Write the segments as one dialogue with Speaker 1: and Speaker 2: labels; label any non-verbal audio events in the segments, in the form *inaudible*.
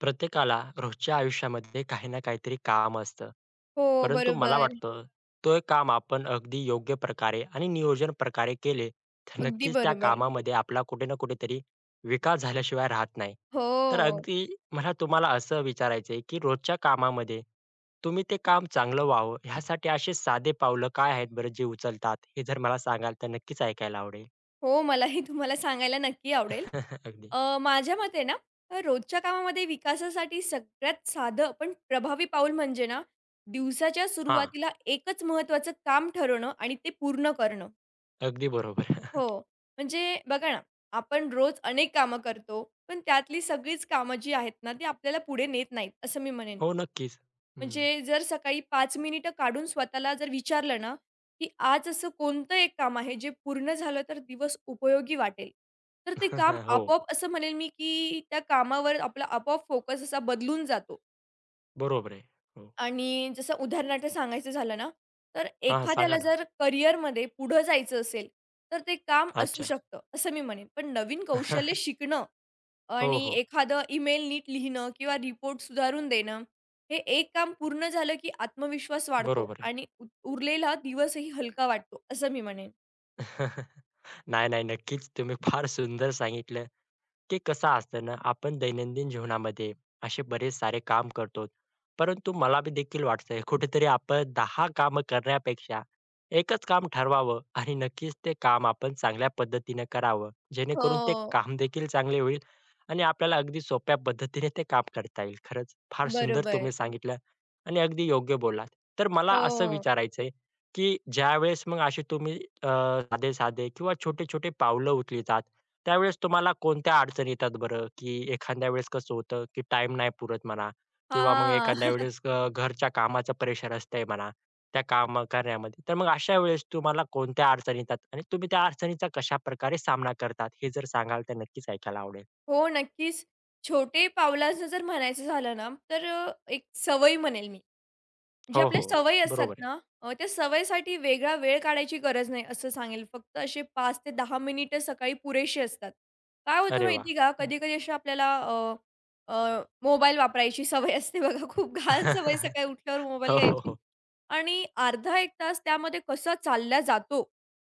Speaker 1: प्रत्येकाला रोजच्या आयुष्यामध्ये काही ना काहीतरी काम असतं.
Speaker 2: हो,
Speaker 1: परंतु मला
Speaker 2: बरोबर.
Speaker 1: वाटतं, ते काम आपण अगदी योग्य प्रकारे आणि नियोजन प्रकारे केले, तर
Speaker 2: अगदी
Speaker 1: नक्कीच त्या
Speaker 2: बरोबर.
Speaker 1: कामामध्ये आपला कुठे ना कुठेतरी विकास झाल्याशिवाय राहत नाही. तर
Speaker 2: हो.
Speaker 1: अगदी मला तुम्हाला असं विचारायचं की रोजच्या कामामध्ये तुम्ही ते काम चांगलं व्हावं ह्यासाठी असे साधे पावलं काय आहेत बरं जे उचलतात? हे जर मला सांगाल तर नक्कीच ऐकायला आवडेल.
Speaker 2: हो, मलाही तुम्हाला सांगायला नक्की आवडेल.
Speaker 1: *laughs* अगदी.
Speaker 2: माझ्या मते ना, रोजच्या कामामध्ये विकासासाठी सगळ्यात साधं पण प्रभावी पाऊल म्हणजे ना, दिवसाच्या
Speaker 1: हां,
Speaker 2: सुरुवातीला एकच महत्त्वाचं काम ठरवणं आणि ते पूर्ण करणं.
Speaker 1: अगदी बरोबर. *laughs*
Speaker 2: हो, म्हणजे बघा ना, आपण रोज अनेक कामं करतो, पण त्यातली सगळीच कामं जी आहेत ना, ती आपल्याला पुढे नेत नाहीत, असं मी म्हणेन.
Speaker 1: हो, नक्कीच. हं.
Speaker 2: म्हणजे जर सकाळी 5 मिनिटं काढून स्वतःला जर विचारलं ना, की आज असं कोणतं एक काम आहे जे पूर्ण झालं तर दिवस उपयोगी वाटेल. तर ते काम
Speaker 1: *laughs* हो.
Speaker 2: आपोआप असं म्हणेल मी, की त्या कामावर आपला आपोआप फोकस असा बदलून जातो.
Speaker 1: बरोबर आहे. हो.
Speaker 2: आणि जसं उदाहरणार्थ सांगायचं झालं ना, तर
Speaker 1: हां, हां.
Speaker 2: एखाद्याला
Speaker 1: सांगा ना.
Speaker 2: जर करिअरमध्ये पुढं जायचं असेल, तर ते काम असू
Speaker 1: अच्छा.
Speaker 2: शकतं, असं मी म्हणेन. पण नवीन कौशल्य
Speaker 1: *laughs*
Speaker 2: शिकणं
Speaker 1: हो,
Speaker 2: आणि
Speaker 1: हो.
Speaker 2: एखादं ईमेल नीट लिहिणं किंवा रिपोर्ट सुधारून देणं, हे एक काम पूर्ण झालं की आत्मविश्वास वाढतो
Speaker 1: बरोबर आहे.
Speaker 2: आणि उरलेला दिवसही हलका वाटतो, असं मी म्हणेन.
Speaker 1: *laughs* नाही, नाही. नक्कीच तुम्ही फार सुंदर सांगितलं, की कसं असतं ना, आपण दैनंदिन जीवनामध्ये असे बरेच सारे काम करतो. परंतु मला बी देखील वाटतंय कुठेतरी आपण 10 कामं करण्यापेक्षा एकच काम ठरवावं आणि नक्कीच ते काम आपण चांगल्या पद्धतीने करावं. जेणेकरून ते
Speaker 2: हो,
Speaker 1: काम देखील चांगले होईल आणि आपल्याला अगदी सोप्या पद्धतीने ते काम करता येईल. खरंच फार सुंदर
Speaker 2: बरोबर.
Speaker 1: तुम्ही सांगितलं आणि अगदी योग्य बोललात. तर मला असं
Speaker 2: हो.
Speaker 1: विचारायचंय की ज्यावेळेस मग असे तुम्ही अ, साधे-साधे किंवा छोटे-छोटे पावलं उचलितात, त्यावेळेस तुम्हाला कोणत्या अडचणी येतात बरं? की एखाद्या वेळेस कसं होतं, की टाइम नाही पुरत म्हणा किंवा मग
Speaker 2: हां.
Speaker 1: एखाद्या
Speaker 2: *laughs*
Speaker 1: वेळेस घरच्या कामाचं प्रेशर असतंय म्हणा, त्या काम करण्यामध्ये. तर मग अशा वेळेस तुम्हाला कोणत्या अडचणी येतात आणि तुम्ही त्या अडचणीचा कशाप्रकारे सामना करतात? हे जर सांगाल तर नक्कीच ऐकायला आवडेल.
Speaker 2: हो, नक्कीच. छोटे पावलाचं जर म्हणायचं झालं ना, तर एक सवय म्हणेल मी. जे
Speaker 1: हो,
Speaker 2: आपल्या
Speaker 1: हो.
Speaker 2: सवयी असतात
Speaker 1: बरोबर आहे.
Speaker 2: ना, त्या सवयीसाठी वेगळा वेळ काढायची गरज नाही असं सांगेल. फक्त असे 5 ते 10 मिनिटं सकाळी पुरेशी असतात. काय होतं
Speaker 1: अरे वाह!
Speaker 2: माहिती का,
Speaker 1: हं.
Speaker 2: कधी-कधी अशी आपल्याला अ, अ, मोबाईल वापरायची सवय असते बघा. खूप घाण सवय सकाळी उठल्यावर
Speaker 1: *laughs*
Speaker 2: मोबाईल
Speaker 1: हो, हो,
Speaker 2: घ्यायची.
Speaker 1: हो.
Speaker 2: आणि अर्धा 1 तास त्यामध्ये कसा चालला जातो,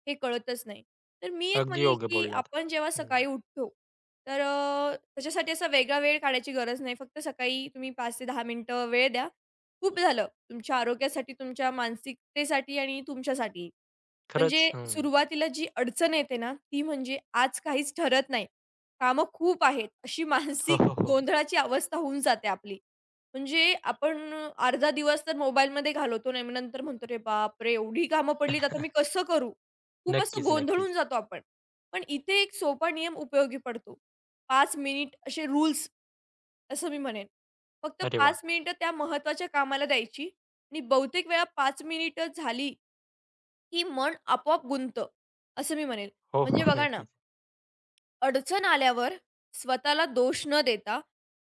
Speaker 2: हे कळतच नाही. तर मी एक
Speaker 1: अगदी
Speaker 2: म्हणेल,
Speaker 1: योग्य
Speaker 2: की
Speaker 1: बोललात.
Speaker 2: आपण जेव्हा
Speaker 1: हं.
Speaker 2: सकाळी उठतो, तर त्याच्यासाठी असा वेगळा वेळ काढायची गरज नाही. फक्त सकाळी तुम्ही 5 ते 10 मिनिटं वेळ द्या. खूप झालं. तुमच्या आरोग्यासाठी, तुमच्या मानसिकतेसाठी आणि तुमच्यासाठी.
Speaker 1: खरंच.
Speaker 2: म्हणजे
Speaker 1: हं.
Speaker 2: सुरुवातीला जी अडचण येते ना, ती म्हणजे आज काहीच ठरत नाही. कामं खूप आहेत, अशी *laughs*
Speaker 1: हो,
Speaker 2: मानसिक
Speaker 1: हो, हो.
Speaker 2: गोंधळाची अवस्था होऊन जाते आपली. म्हणजे आपण अर्धा दिवस तर मोबाईलमध्ये घालवतो आणि मग नंतर म्हणतो, "अरे बापरे! एवढी कामं पडलीत, आता मी
Speaker 1: *laughs*
Speaker 2: कसं करू?" खूप असं
Speaker 1: नक्कीच,
Speaker 2: गोंधळून
Speaker 1: नक्कीच.
Speaker 2: जातो आपण. पण इथे एक सोपा नियम उपयोगी पडतो. 5 मिनिट असे रूल्स असं मी म्हणेन. फक्त
Speaker 1: अरे वाह!
Speaker 2: 5 मिनिटं त्या महत्त्वाच्या कामाला द्यायची आणि बहुतेक वेळा 5 मिनिटं झाली की मन आपोआप गुंत असं मी म्हणेल.
Speaker 1: हो,
Speaker 2: म्हणजे
Speaker 1: हो.
Speaker 2: बघा ना,
Speaker 1: नक्कीच.
Speaker 2: अडचण आल्यावर स्वतःला दोष न देता,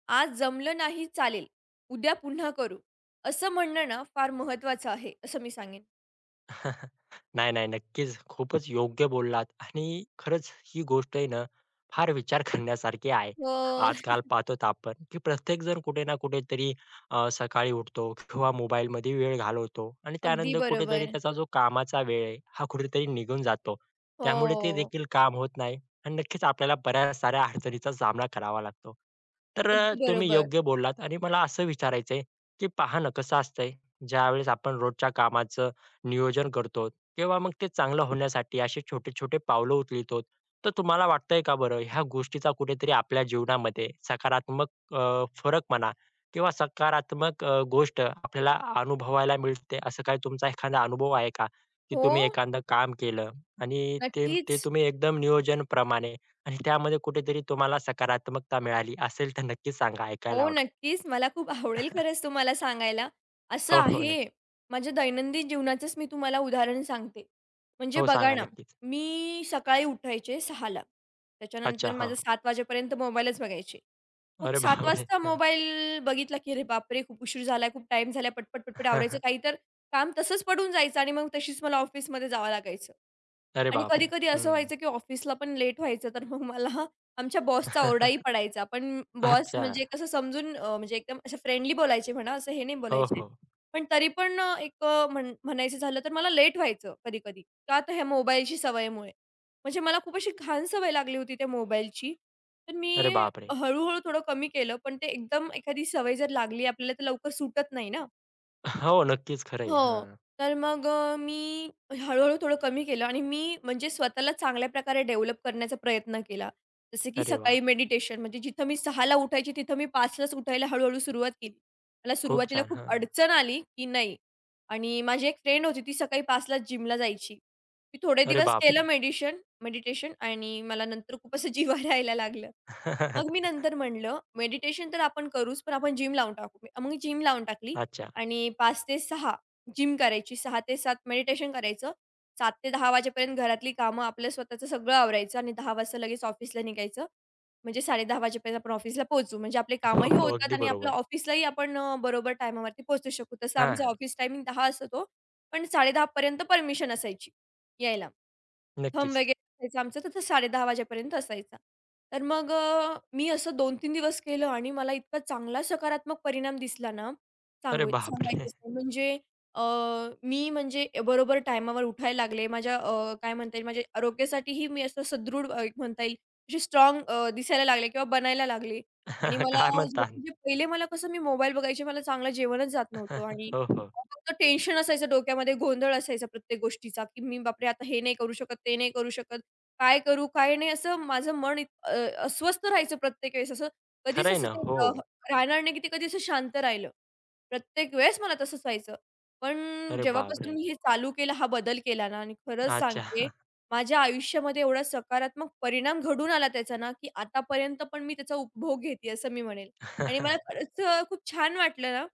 Speaker 2: "आज जमलं नाही चालेल, उद्या पुन्हा करू." असं म्हणणं ना फार महत्त्वाचं आहे, असं मी सांगेन.
Speaker 1: *laughs* नाही, नाही. नक्कीच. खूपच योग्य बोललात आणि खरंच ही गोष्ट आहे ना, फार विचार *laughs* करण्यासारखी आहे.
Speaker 2: हो,
Speaker 1: आजकाल पाहतो आपण, की प्रत्येकजण कुठे ना कुठेतरी सकाळी उठतो किंवा मोबाईलमध्ये वेळ घालवतो आणि
Speaker 2: अगदी
Speaker 1: त्यानंतर कुठेतरी
Speaker 2: बरोबर.
Speaker 1: त्याचा जो कामाचा वेळ आहे, हा कुठेतरी निघून जातो. त्यामुळे ते
Speaker 2: हो,
Speaker 1: देखील काम होत नाही आणि नक्कीच आपल्याला बऱ्याच साऱ्या अडचणीचा सामना करावा लागतो. तर
Speaker 2: अगदी
Speaker 1: तुम्ही
Speaker 2: बरोबर.
Speaker 1: योग्य बोललात आणि मला असं विचारायचंय, की पहा ना कसं असतंय, ज्यावेळेस आपण रोजच्या कामाचं नियोजन करतो किंवा मग ते चांगलं होण्यासाठी असे छोटे-छोटे पावलं उचलितो. तर तुम्हाला वाटतंय का बरं ह्या गोष्टीचा कुठेतरी आपल्या जीवनामध्ये सकारात्मक फरक म्हणा किंवा सकारात्मक गोष्ट आपल्याला अनुभवायला मिळते असं काही तुमचा एखादा अनुभव आहे का? की तुम्ही
Speaker 2: हो,
Speaker 1: एखादं काम केलं आणि ते
Speaker 2: नक्कीच.
Speaker 1: ते तुम्ही एकदम नियोजनप्रमाणे आणि त्यामध्ये कुठेतरी तुम्हाला सकारात्मकता मिळाली असेल तर नक्कीच सांगा ऐकायला
Speaker 2: हो,
Speaker 1: आवडेल.
Speaker 2: नक्कीच. मला खूप आवडेल खरंच तुम्हाला सांगायला. असं
Speaker 1: हो, हो.
Speaker 2: आहे,
Speaker 1: नक्की.
Speaker 2: माझ्या दैनंदिन जीवनाचंच मी तुम्हाला उदाहरण सांगते. म्हणजे
Speaker 1: हो,
Speaker 2: बघा
Speaker 1: सांगा
Speaker 2: ना,
Speaker 1: नक्कीच.
Speaker 2: मी सकाळी उठायचे सहाला
Speaker 1: अच्छा.
Speaker 2: त्याच्यानंतर माझं
Speaker 1: हां,
Speaker 2: 7:00 वाजेपर्यंत मोबाईलच बघायचे. मग
Speaker 1: अरे
Speaker 2: 7:00
Speaker 1: बापरे!
Speaker 2: वाजता
Speaker 1: हं.
Speaker 2: मोबाईल बघितला, की अरे बापरे! खूप उशीर झालाय, खूप टाईम झालाय, पटपट, पटपट आवरायचं
Speaker 1: *laughs*
Speaker 2: काही तर काम तसंच पडून जायचं आणि मग तशीच मला ऑफिसमध्ये जावं लागायचं.
Speaker 1: अरे
Speaker 2: आणि
Speaker 1: बापरे!
Speaker 2: कधी-कधी असं
Speaker 1: हं.
Speaker 2: व्हायचं, की ऑफिसला पण लेट व्हायचं, तर मग मला आमच्या बॉसचा ओरडाही
Speaker 1: *laughs*
Speaker 2: पडायचा. पण बॉस
Speaker 1: अच्छा.
Speaker 2: म्हणजे कसं समजून म्हणजे एकदम असे फ्रेंडली बोलायचे म्हणा, असं हे नाही
Speaker 1: हो,
Speaker 2: बोलायचे.
Speaker 1: हो.
Speaker 2: पण तरी पण एक म्हणायचं झालं तर मला लेट व्हायचं कधी-कधी. का तर ह्या मोबाईलची सवयमुळे. म्हणजे मला खूप अशी घाण सवय लागली होती त्या मोबाईलची. तर
Speaker 1: अरे
Speaker 2: मी
Speaker 1: बापरे!
Speaker 2: हळू थोडं कमी केलं, पण ते एकदम एखादी सवय जर लागली आपल्याला, तर लवकर सुटत नाही ना.
Speaker 1: *laughs* हो, नक्कीच खरं आहे.
Speaker 2: हो.
Speaker 1: हां.
Speaker 2: तर मग मी हळू-हळू थोडं कमी केलं आणि मी म्हणजे स्वतःला चांगल्या प्रकारे डेव्हलप करण्याचा प्रयत्न केला. जसं की
Speaker 1: अरे वाह!
Speaker 2: सकाळी मेडिटेशन म्हणजे जिथं मी सहाला उठायची, तिथं मी 5:00लाच उठायला हळू-हळू सुरुवात केली. मला
Speaker 1: खूप
Speaker 2: सुरुवातीला
Speaker 1: छान.
Speaker 2: खूप
Speaker 1: हां.
Speaker 2: अडचण आली, की नाही आणि माझी एक फ्रेंड होती, ती सकाळी 5:00लाच जिमला जायची. मी थोडे
Speaker 1: अरे
Speaker 2: दिवस केलं
Speaker 1: बापरे!
Speaker 2: मेडिटेशन आणि मला नंतर खूप असं *laughs* जिव्हार यायला लागलं. मग मी
Speaker 1: *laughs*
Speaker 2: नंतर म्हटलं, मेडिटेशन तर आपण करूच, पण आपण जिम लावून टाकू. मग मी जिम लावून टाकली
Speaker 1: अच्छा.
Speaker 2: आणि 5 ते सहा जिम करायची, सहा ते 7 मेडिटेशन करायचं. 7 ते 10 वाजेपर्यंत घरातली कामं आपलं स्वतःचं सगळं आवरायचं आणि 10 वाजता लगेच ऑफिसला निघायचं. म्हणजे 10:30 वाजेपर्यंत आपण ऑफिसला पोहोचू. म्हणजे आपले
Speaker 1: हो,
Speaker 2: कामही
Speaker 1: हो.
Speaker 2: होतात
Speaker 1: अगदी
Speaker 2: आणि आपलं
Speaker 1: बरोबर.
Speaker 2: ऑफिसलाही आपण बरोबर टायमावरती पोहोचू शकू. तसं
Speaker 1: हां,
Speaker 2: आमचं
Speaker 1: हां.
Speaker 2: ऑफिस टायमिंग 10 असतो, पण 10:30 पर्यंत परमिशन असायची यायला. थंब
Speaker 1: नक्कीच.
Speaker 2: वगैरे असायचा आमचा, तर तो 10:30 वाजेपर्यंत असायचा. तर मग मी असं 2-3 दिवस केलं आणि मला इतका चांगला सकारात्मक परिणाम दिसला ना,
Speaker 1: अरे बापरे!
Speaker 2: सांगायचंच नाही. म्हणजे अ, मी म्हणजे बरोबर टायमावर उठायला लागले. माझ्या काय म्हणता येईल, माझ्या आरोग्यासाठीही मी असं सदृढ एक म्हणता येईल, अशी स्ट्राँग दिसायला लागले किंवा बनायला लागले. आणि
Speaker 1: *laughs*
Speaker 2: मला
Speaker 1: काय म्हणता?
Speaker 2: म्हणजे पहिले मला कसं मी मोबाईल बघायचे, मला चांगलं जेवणच जात नव्हतं
Speaker 1: *laughs*
Speaker 2: आणि
Speaker 1: हो, हो.
Speaker 2: फक्त टेन्शन असायचं डोक्यामध्ये, गोंधळ असायचा प्रत्येक गोष्टीचा, की मी बापरे! आता हे नाही करू शकत, ते नाही करू शकत. काय करू, काय नाही असं माझं मन अस्वस्थ राहायचं प्रत्येक वेळेस असं. कधीच
Speaker 1: खरं
Speaker 2: असं
Speaker 1: ना.
Speaker 2: ते
Speaker 1: हो.
Speaker 2: अ, राहणार नाही, की ते कधी असं शांत राहिलं. प्रत्येक वेळेस मला तसंच व्हायचं. पण
Speaker 1: अरे
Speaker 2: जेव्हापासून
Speaker 1: बापरे!
Speaker 2: मी हे चालू केलं, हा बदल केला ना आणि खरंच
Speaker 1: अच्छा.
Speaker 2: सांगते, माझ्या आयुष्यामध्ये एवढा सकारात्मक परिणाम घडून आला त्याचा ना, की आतापर्यंत पण मी त्याचा उपभोग घेते असं मी म्हणेल. आणि मला
Speaker 1: *laughs*
Speaker 2: खरंच खूप छान वाटलं ना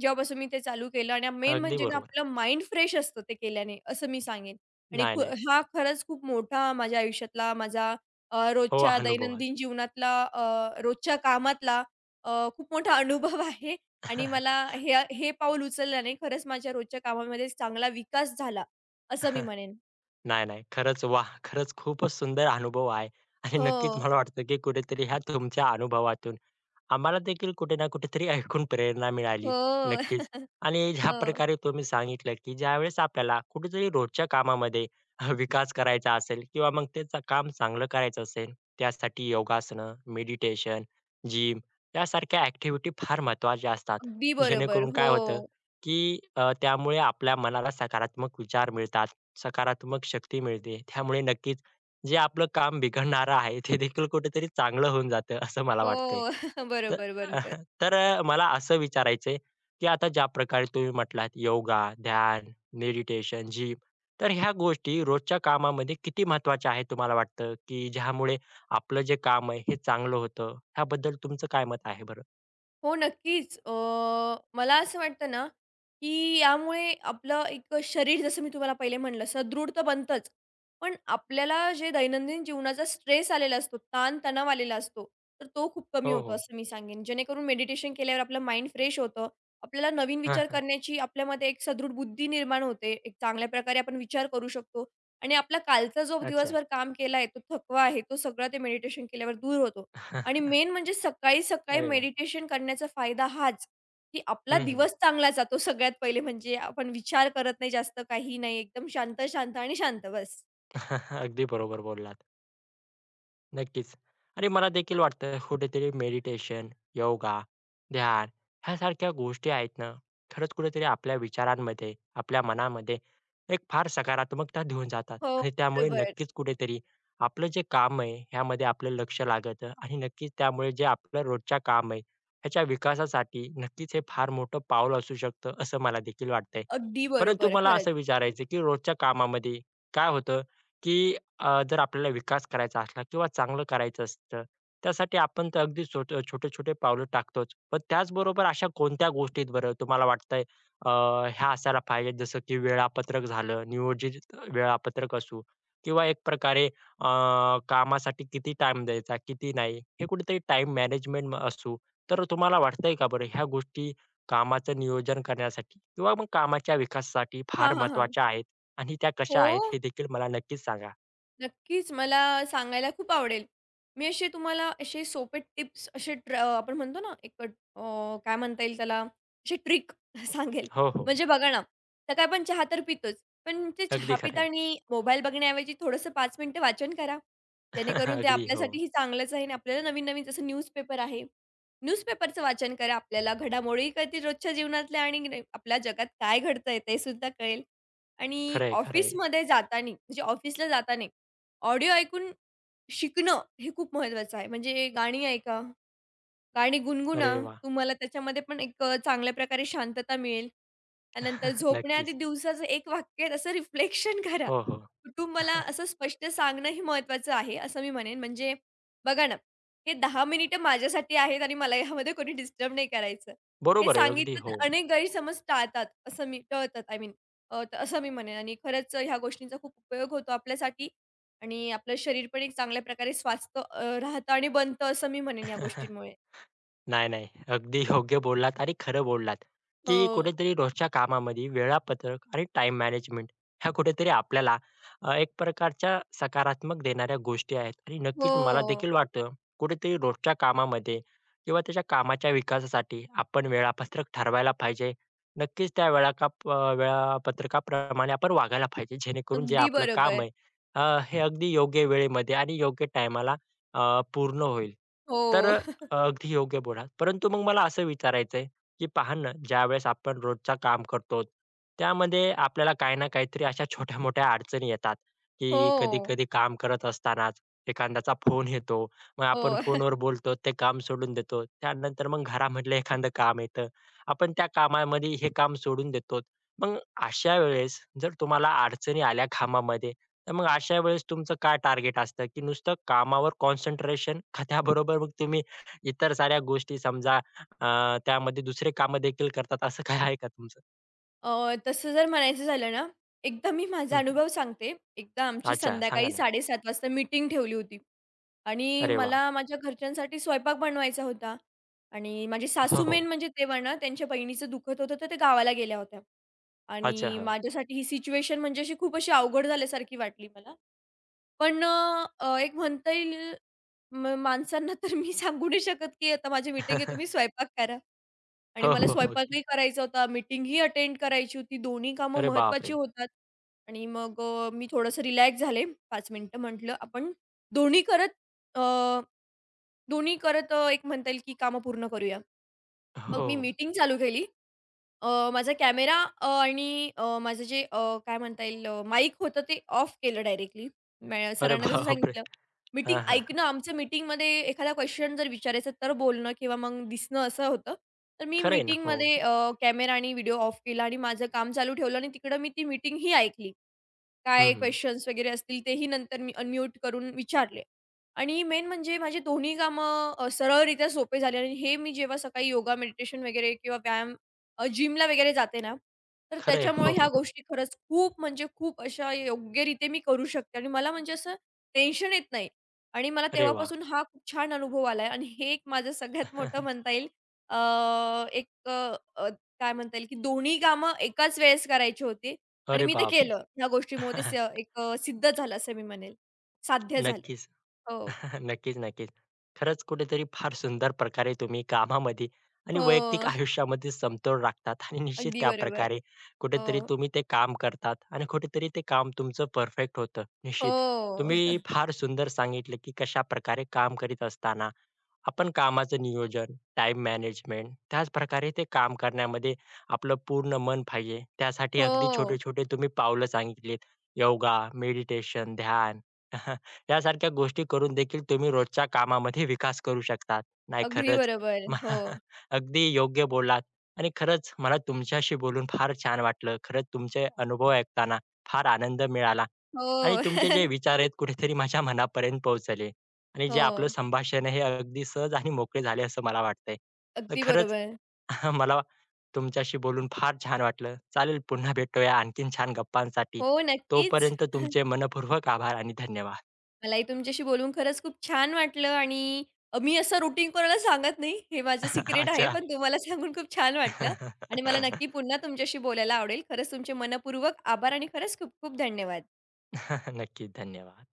Speaker 2: जेव्हापासून मी ते चालू केलं आणि मेन
Speaker 1: अगदी
Speaker 2: म्हणजे ना
Speaker 1: बरोबर.
Speaker 2: आपलं माइंड फ्रेश असतं ते केल्याने, असं मी सांगेन. आणि
Speaker 1: नाही, नाही.
Speaker 2: हा खरंच खूप मोठा माझ्या आयुष्यातला, माझ्या
Speaker 1: हो,
Speaker 2: रोजच्या
Speaker 1: अनुभव आहे.
Speaker 2: दैनंदिन जीवनातला, रोजच्या कामातला अ, खूप मोठा अनुभव आहे आणि मला
Speaker 1: *laughs*
Speaker 2: हे हे पाऊल उचलल्याने खरंच माझ्या रोजच्या कामामध्ये चांगला विकास झाला, असं मी म्हणेन.
Speaker 1: नाही, नाही. खरंच वाह! खरंच खूपच सुंदर अनुभव आहे आणि नक्कीच
Speaker 2: हो,
Speaker 1: मला वाटतं, की कुठेतरी ह्या तुमच्या अनुभवातून आम्हाला देखील कुठे ना कुठेतरी *laughs* ऐकून प्रेरणा मिळाली.
Speaker 2: हो.
Speaker 1: नक्कीच.
Speaker 2: *laughs*
Speaker 1: आणि ज्या
Speaker 2: हो.
Speaker 1: प्रकारे तुम्ही सांगितलं, की ज्यावेळेस आपल्याला कुठेतरी रोजच्या कामामध्ये *laughs* विकास करायचा असेल किंवा मग त्याचं काम चांगलं करायचं असेल, त्यासाठी योगासनं, मेडिटेशन, जिम यासारख्या ॲक्टिव्हिटी फार महत्त्वाच्या असतात.
Speaker 2: अगदी बरोबर.
Speaker 1: जेणेकरून काय
Speaker 2: हो.
Speaker 1: होतं, की त्यामुळे आपल्या मनाला सकारात्मक विचार मिळतात, सकारात्मक शक्ती मिळते. त्यामुळे नक्कीच जे आपलं काम बिघडणारं आहे ते देखील कुठेतरी चांगलं होऊन जातं असं मला वाटतंय.
Speaker 2: हो. *laughs*
Speaker 1: तर
Speaker 2: बरोबर, बरोबर.
Speaker 1: *laughs* मला असं विचारायचंय, की आता ज्या प्रकारे तुम्ही म्हटलात योगा, ध्यान, मेडिटेशन, जिम तर ह्या गोष्टी रोजच्या कामामध्ये किती महत्त्वाच्या आहेत तुम्हाला वाटतं, की ज्यामुळे आपलं जे काम आहे हे चांगलं होतं? ह्याबद्दल तुमचं काय मत आहे बरं?
Speaker 2: हो, नक्कीच. मला असं वाटतं ना, की यामुळे आपलं एक शरीर जसं मी तुम्हाला पहिले म्हटलं सदृढ तर बनतंच. पण आपल्याला जे दैनंदिन जीवनाचा स्ट्रेस आलेला असतो, ताण-तणाव आलेला असतो, तर तो खूप कमी
Speaker 1: हो,
Speaker 2: होतो
Speaker 1: हो.
Speaker 2: असं मी सांगेन. जेणेकरून मेडिटेशन केल्यावर आपलं माइंड फ्रेश होतं. आपल्याला नवीन
Speaker 1: *laughs* हां,
Speaker 2: विचार
Speaker 1: हां.
Speaker 2: करण्याची आपल्यामध्ये एक सदृढ बुद्धी निर्माण होते. एक चांगल्या प्रकारे आपण विचार करू शकतो आणि आपला कालचा जो
Speaker 1: अच्छा.
Speaker 2: दिवसभर काम केला आहे, तो थकवा आहे, तो सगळा ते मेडिटेशन केल्यावर दूर होतो. आणि
Speaker 1: *laughs*
Speaker 2: मेन म्हणजे सकाळी-सकाळी
Speaker 1: अरे वाह!
Speaker 2: मेडिटेशन करण्याचा फायदा हाच, की आपला
Speaker 1: हं, हं.
Speaker 2: दिवस चांगला जातो सगळ्यात पहिले म्हणजे आपण विचार करत नाही जास्त काही नाही. एकदम शांत-शांत आणि शांत बस.
Speaker 1: *laughs* अगदी बरोबर बोललात. नक्कीच. आणि मला देखील वाटतं कुठेतरी मेडिटेशन, योगा, ध्यान ह्यासारख्या गोष्टी आहेत ना, खरंच कुठेतरी आपल्या विचारांमध्ये, आपल्या मनामध्ये एक फार सकारात्मकता घेऊन जातात
Speaker 2: हो,
Speaker 1: आणि त्यामुळे
Speaker 2: बरोबर.
Speaker 1: नक्कीच कुठेतरी आपलं जे काम आहे, ह्यामध्ये आपलं लक्ष लागतं आणि नक्कीच त्यामुळे जे आपलं रोजच्या काम आहे, ह्याच्या विकासासाठी नक्कीच हे फार मोठं पाऊल असू शकतं, असं मला देखील वाटतंय.
Speaker 2: अगदी
Speaker 1: परंतु
Speaker 2: बरोबर.
Speaker 1: मला
Speaker 2: खरंच.
Speaker 1: असं विचारायचं की रोजच्या कामामध्ये काय होतं, की जर आपल्याला विकास करायचा असला किंवा चांगलं करायचं असतं, त्यासाठी आपण तर अगदी छोटे-छोटे पावलं टाकतोच. पण त्याचबरोबर अशा कोणत्या गोष्टी आहेत बरं तुम्हाला वाटतंय अ, ह्या असायला पाहिजेत जसं की वेळापत्रक झालं, नियोजित वेळापत्रक असू किंवा एक प्रकारे अ, कामासाठी किती टाईम द्यायचा, किती नाही, हे कुठेतरी टाईम मॅनेजमेंट असू. तर तुम्हाला वाटतंय का बरं ह्या गोष्टी कामाचं नियोजन करण्यासाठी किंवा मग कामाच्या विकासासाठी
Speaker 2: हां,
Speaker 1: फार
Speaker 2: हां, हां.
Speaker 1: महत्त्वाच्या आहेत आणि त्या कशा आहेत
Speaker 2: हो.
Speaker 1: हे देखील मला नक्कीच सांगा?
Speaker 2: नक्कीच मला सांगायला खूप आवडेल. मी असे तुम्हाला सोपे टिप्स असे ट्र आपण म्हणतो ना एक काय म्हणता येईल त्याला अशी ट्रिक *laughs* सांगेल.
Speaker 1: हो, हो.
Speaker 2: म्हणजे बघा ना, सकाळी आपण चहा तर पितोच. पण ते चहा
Speaker 1: अगदी खरं *laughs*
Speaker 2: पितानी मोबाईल बघण्याऐवजी थोडंसं 5 मिनिटं वाचन करा. जेणेकरून ते
Speaker 1: अगदी हो.
Speaker 2: आपल्यासाठीही चांगलंच आहे आणि आपल्याला नवीन-नवीन जसं न्यूजपेपर आहे. न्यूजपेपरचं वाचन करा. आपल्याला घडामोडी कळतील रोजच्या जीवनातल्या आणि आपल्या जगात काय घडतंय ते सुद्धा कळेल. आणि
Speaker 1: खरं आहे,
Speaker 2: ऑफिसमध्ये जातानी म्हणजे ऑफिसला जाताना ऑडिओ ऐकून शिकणं हे खूप महत्त्वाचं आहे. म्हणजे गाणी ऐका, गाणी गुणगुणा.
Speaker 1: अरे वा,
Speaker 2: तुम्हाला त्याच्यामध्ये पण एक चांगल्या प्रकारे शांतता मिळेल. त्यानंतर
Speaker 1: *laughs*
Speaker 2: झोपण्याआधी
Speaker 1: नक्कीच.
Speaker 2: दिवसाचं एक वाक्य असं रिफ्लेक्शन *laughs* करा.
Speaker 1: हो, हो.
Speaker 2: कुटुंबाला असं स्पष्ट सांगणंही महत्त्वाचं आहे, असं मी म्हणेन. म्हणजे बघा ना, हे 10 मिनिटं माझ्यासाठी आहेत आणि मला यामध्ये कोणी डिस्टर्ब नाही करायचं. हे
Speaker 1: बरोबर आहे. अगदी
Speaker 2: सांगितलं तर
Speaker 1: हो.
Speaker 2: अनेक गैरसमज टाळतात, असं मी टळतात आय मीन असं मी म्हणेन आणि खरंच ह्या गोष्टींचा खूप उपयोग होतो आपल्यासाठी आणि आपलं शरीर पण एक चांगल्या प्रकारे स्वस्थ राहतं आणि बनतं, असं मी म्हणेन या
Speaker 1: *laughs*
Speaker 2: गोष्टींमुळे.
Speaker 1: नाही, नाही. अगदी योग्य बोललात आणि खरं बोललात, की
Speaker 2: हो.
Speaker 1: कुठेतरी रोजच्या कामामध्ये वेळापत्रक आणि टाईम मॅनेजमेंट ह्या कुठेतरी आपल्याला एक प्रकारच्या सकारात्मक देणाऱ्या गोष्टी आहेत आणि
Speaker 2: हो.
Speaker 1: नक्कीच मला देखील वाटतं, कुठेतरी रोजच्या कामामध्ये किंवा त्याच्या कामाच्या विकासासाठी आपण वेळापत्रक ठरवायला पाहिजे. नक्कीच त्या वेळापत्रकाप्रमाणे आपण वागायला पाहिजे, जेणेकरून जे
Speaker 2: अगदी
Speaker 1: आपलं
Speaker 2: बरोबर.
Speaker 1: काम आहे हे अगदी योग्य वेळेमध्ये आणि योग्य टायमाला पूर्ण होईल. तर
Speaker 2: हो. *laughs*
Speaker 1: अगदी योग्य बोललात. परंतु मग मला असं विचारायचंय, की पहा ना, ज्यावेळेस आपण रोजचं काम करतो, त्यामध्ये आपल्याला काही ना काहीतरी अशा छोट्या-मोठ्या अडचणी येतात, की
Speaker 2: हो.
Speaker 1: कधी-कधी काम करत असतानाच एखाद्याचा फोन येतो. मग
Speaker 2: हो.
Speaker 1: आपण फोनवर बोलतो, ते काम सोडून देतो. त्यानंतर मग घरामधलं एखादं काम येतं. आपण त्या कामामध्ये हे काम सोडून देतो. मग अशा वेळेस जर तुम्हाला अडचणी आल्या कामामध्ये, तर मग अशा वेळेस तुमचं काय टार्गेट असतं, की नुसतं कामावर कॉन्सन्ट्रेशन का त्याबरोबर मग तुम्ही इतर साऱ्या गोष्टी समजा त्यामध्ये दुसरे कामं देखील करतात असं काही आहे का तुमचं?
Speaker 2: तसं जर म्हणायचं झालं ना, एकदा मी माझा
Speaker 1: हं, हं.
Speaker 2: अनुभव सांगते. एकदा आमची
Speaker 1: अच्छा, सांगा
Speaker 2: संध्याकाळी
Speaker 1: ना.
Speaker 2: 7:30 वाजता मीटिंग ठेवली होती आणि
Speaker 1: अरे वाह!
Speaker 2: मला माझ्या घरच्यांसाठी स्वयंपाक बनवायचा होता आणि माझे
Speaker 1: हो,
Speaker 2: सासू
Speaker 1: हो.
Speaker 2: मेन म्हणजे तेव्हा ना, त्यांच्या बहिणीचं दुखत होतं, तर ते गावाला गेल्या होत्या
Speaker 1: अच्छा,
Speaker 2: आणि
Speaker 1: हां.
Speaker 2: माझ्यासाठी ही सिच्युएशन म्हणजे अशी खूप अशी अवघड झाल्यासारखी वाटली मला. पण एक म्हणता येईल माणसांना तर मी सांगू नाही शकत, की आता माझी मीटिंग आहे, तुम्ही
Speaker 1: *laughs*
Speaker 2: स्वयंपाक करा. आणि
Speaker 1: हो,
Speaker 2: मला
Speaker 1: हो, हो. अगदी.
Speaker 2: स्वयंपाकही करायचा होता, मीटिंगही अटेंड करायची होती. दोन्ही कामं
Speaker 1: अरे
Speaker 2: महत्त्वाची
Speaker 1: बापरे!
Speaker 2: होतात. आणि मग मी थोडंसं रिलॅक्स झाले. 5 मिनिटं म्हटलं आपण दोन्ही करत अ, दोन्ही करत एक म्हणता येईल की कामं पूर्ण करूया. मग
Speaker 1: हो.
Speaker 2: मी मीटिंग चालू केली. माझा कॅमेरा आणि माझं जे काय म्हणता येईल माईक होतं ते ऑफ केलं डायरेक्टली.
Speaker 1: अरे
Speaker 2: सरांना तसं
Speaker 1: बापरे!
Speaker 2: सांगितलं. मीटिंग
Speaker 1: हां, हां,
Speaker 2: ऐकणं
Speaker 1: हां.
Speaker 2: आमचं मीटिंगमध्ये एखादा क्वेशन जर विचारायचं तर बोलणं किंवा मग दिसणं असं होतं. तर मी
Speaker 1: खरं आहे ना. हो.
Speaker 2: मीटिंगमध्ये कॅमेरा आणि व्हिडिओ ऑफ केला आणि माझं काम चालू ठेवलं आणि तिकडं मी ती मीटिंग ही ऐकली.
Speaker 1: हं,
Speaker 2: काय
Speaker 1: हं.
Speaker 2: क्वेश्चन्स वगैरे असतील तेही नंतर मी अनम्यूट करून विचारले. आणि मेन म्हणजे माझे दोन्ही कामं सरळरित्या सोपे झाली आणि हे मी जेव्हा सकाळी योगा, मेडिटेशन वगैरे किंवा व्यायाम जिमला वगैरे जाते ना, तर
Speaker 1: खरं आहे.
Speaker 2: त्याच्यामुळे
Speaker 1: हो,
Speaker 2: ह्या
Speaker 1: हो.
Speaker 2: गोष्टी खरंच खूप म्हणजे खूप अशा योग्यरीत्या मी करू शकते आणि मला म्हणजे असं टेन्शन येत नाही. आणि मला
Speaker 1: अरे वाह!
Speaker 2: तेव्हापासून हा खूप छान अनुभव आलाय आणि हे एक माझं सगळ्यात मोठं
Speaker 1: *laughs*
Speaker 2: म्हणता येईल अ, एक अ, अ, काय म्हणता येईल, की दोन्ही कामं एकाच वेळेस करायची होती. आणि
Speaker 1: अरे
Speaker 2: मी ते
Speaker 1: बापरे!
Speaker 2: केलं. ह्या गोष्टीमुळे ते स
Speaker 1: *laughs*
Speaker 2: एक सिद्ध झालं असं मी म्हणेल. साध्य झालं.
Speaker 1: नक्कीच.
Speaker 2: हो.
Speaker 1: *laughs* नक्कीच, नक्कीच. खरंच कुठेतरी फार सुंदर प्रकारे तुम्ही कामामध्ये आणि
Speaker 2: हो.
Speaker 1: वैयक्तिक आयुष्यामध्ये समतोल राखतात आणि निश्चित
Speaker 2: अगदी बरोबर.
Speaker 1: त्याप्रकारे
Speaker 2: हो.
Speaker 1: कुठेतरी तुम्ही ते काम करतात आणि कुठेतरी ते काम तुमचं परफेक्ट होतं. निश्चित.
Speaker 2: हो.
Speaker 1: तुम्ही
Speaker 2: *laughs*
Speaker 1: फार सुंदर सांगितलं, की कशाप्रकारे काम करीत असताना आपण कामाचं नियोजन, टाईम मॅनेजमेंट त्याचप्रकारे ते काम करण्यामध्ये आपलं पूर्ण मन पाहिजे. त्यासाठी अगदी
Speaker 2: हो.
Speaker 1: छोटे-छोटे तुम्ही पावलं सांगितलीत. योगा, मेडिटेशन, ध्यान. *laughs* यासारख्या गोष्टी करून देखील तुम्ही रोजच्या कामामध्ये विकास करू शकतात. नाही
Speaker 2: अगदी
Speaker 1: खरंच
Speaker 2: बरोबर.
Speaker 1: म-
Speaker 2: हो.
Speaker 1: *laughs* अगदी योग्य बोललात आणि खरंच मला तुमच्याशी बोलून फार छान वाटलं. खरंच तुमचे अनुभव ऐकताना फार आनंद मिळाला आणि
Speaker 2: हो.
Speaker 1: तुमचे
Speaker 2: *laughs*
Speaker 1: जे विचार आहेत कुठेतरी माझ्या मनापर्यंत पोहोचले आणि जे
Speaker 2: हो.
Speaker 1: आपलं संभाषण आहे हे अगदी सहज आणि मोकळे झाले असं मला वाटतंय. तर
Speaker 2: अगदी
Speaker 1: खरंच
Speaker 2: बरोबर.
Speaker 1: *laughs* मला तुमच्याशी बोलून फार छान वाटलं. चालेल पुन्हा भेटूया आणखीन छान गप्पांसाठी.
Speaker 2: हो, नक्कीच.
Speaker 1: तोपर्यंत तुमचे मनःपूर्वक आभार आणि धन्यवाद.
Speaker 2: मलाही तुमच्याशी बोलून खरंच खूप छान वाटलं आणि मी असं रुटीन कोणाला सांगत नाही. हे माझं
Speaker 1: *laughs*
Speaker 2: सिक्रेट आहे.
Speaker 1: अच्छा.
Speaker 2: पण तुम्हाला सांगून खूप छान वाटलं आणि मला
Speaker 1: *laughs*
Speaker 2: नक्की पुन्हा तुमच्याशी बोलायला आवडेल. खरंच तुमचे मनःपूर्वक आभार आणि खरंच खूप खूप धन्यवाद.
Speaker 1: नक्कीच. धन्यवाद.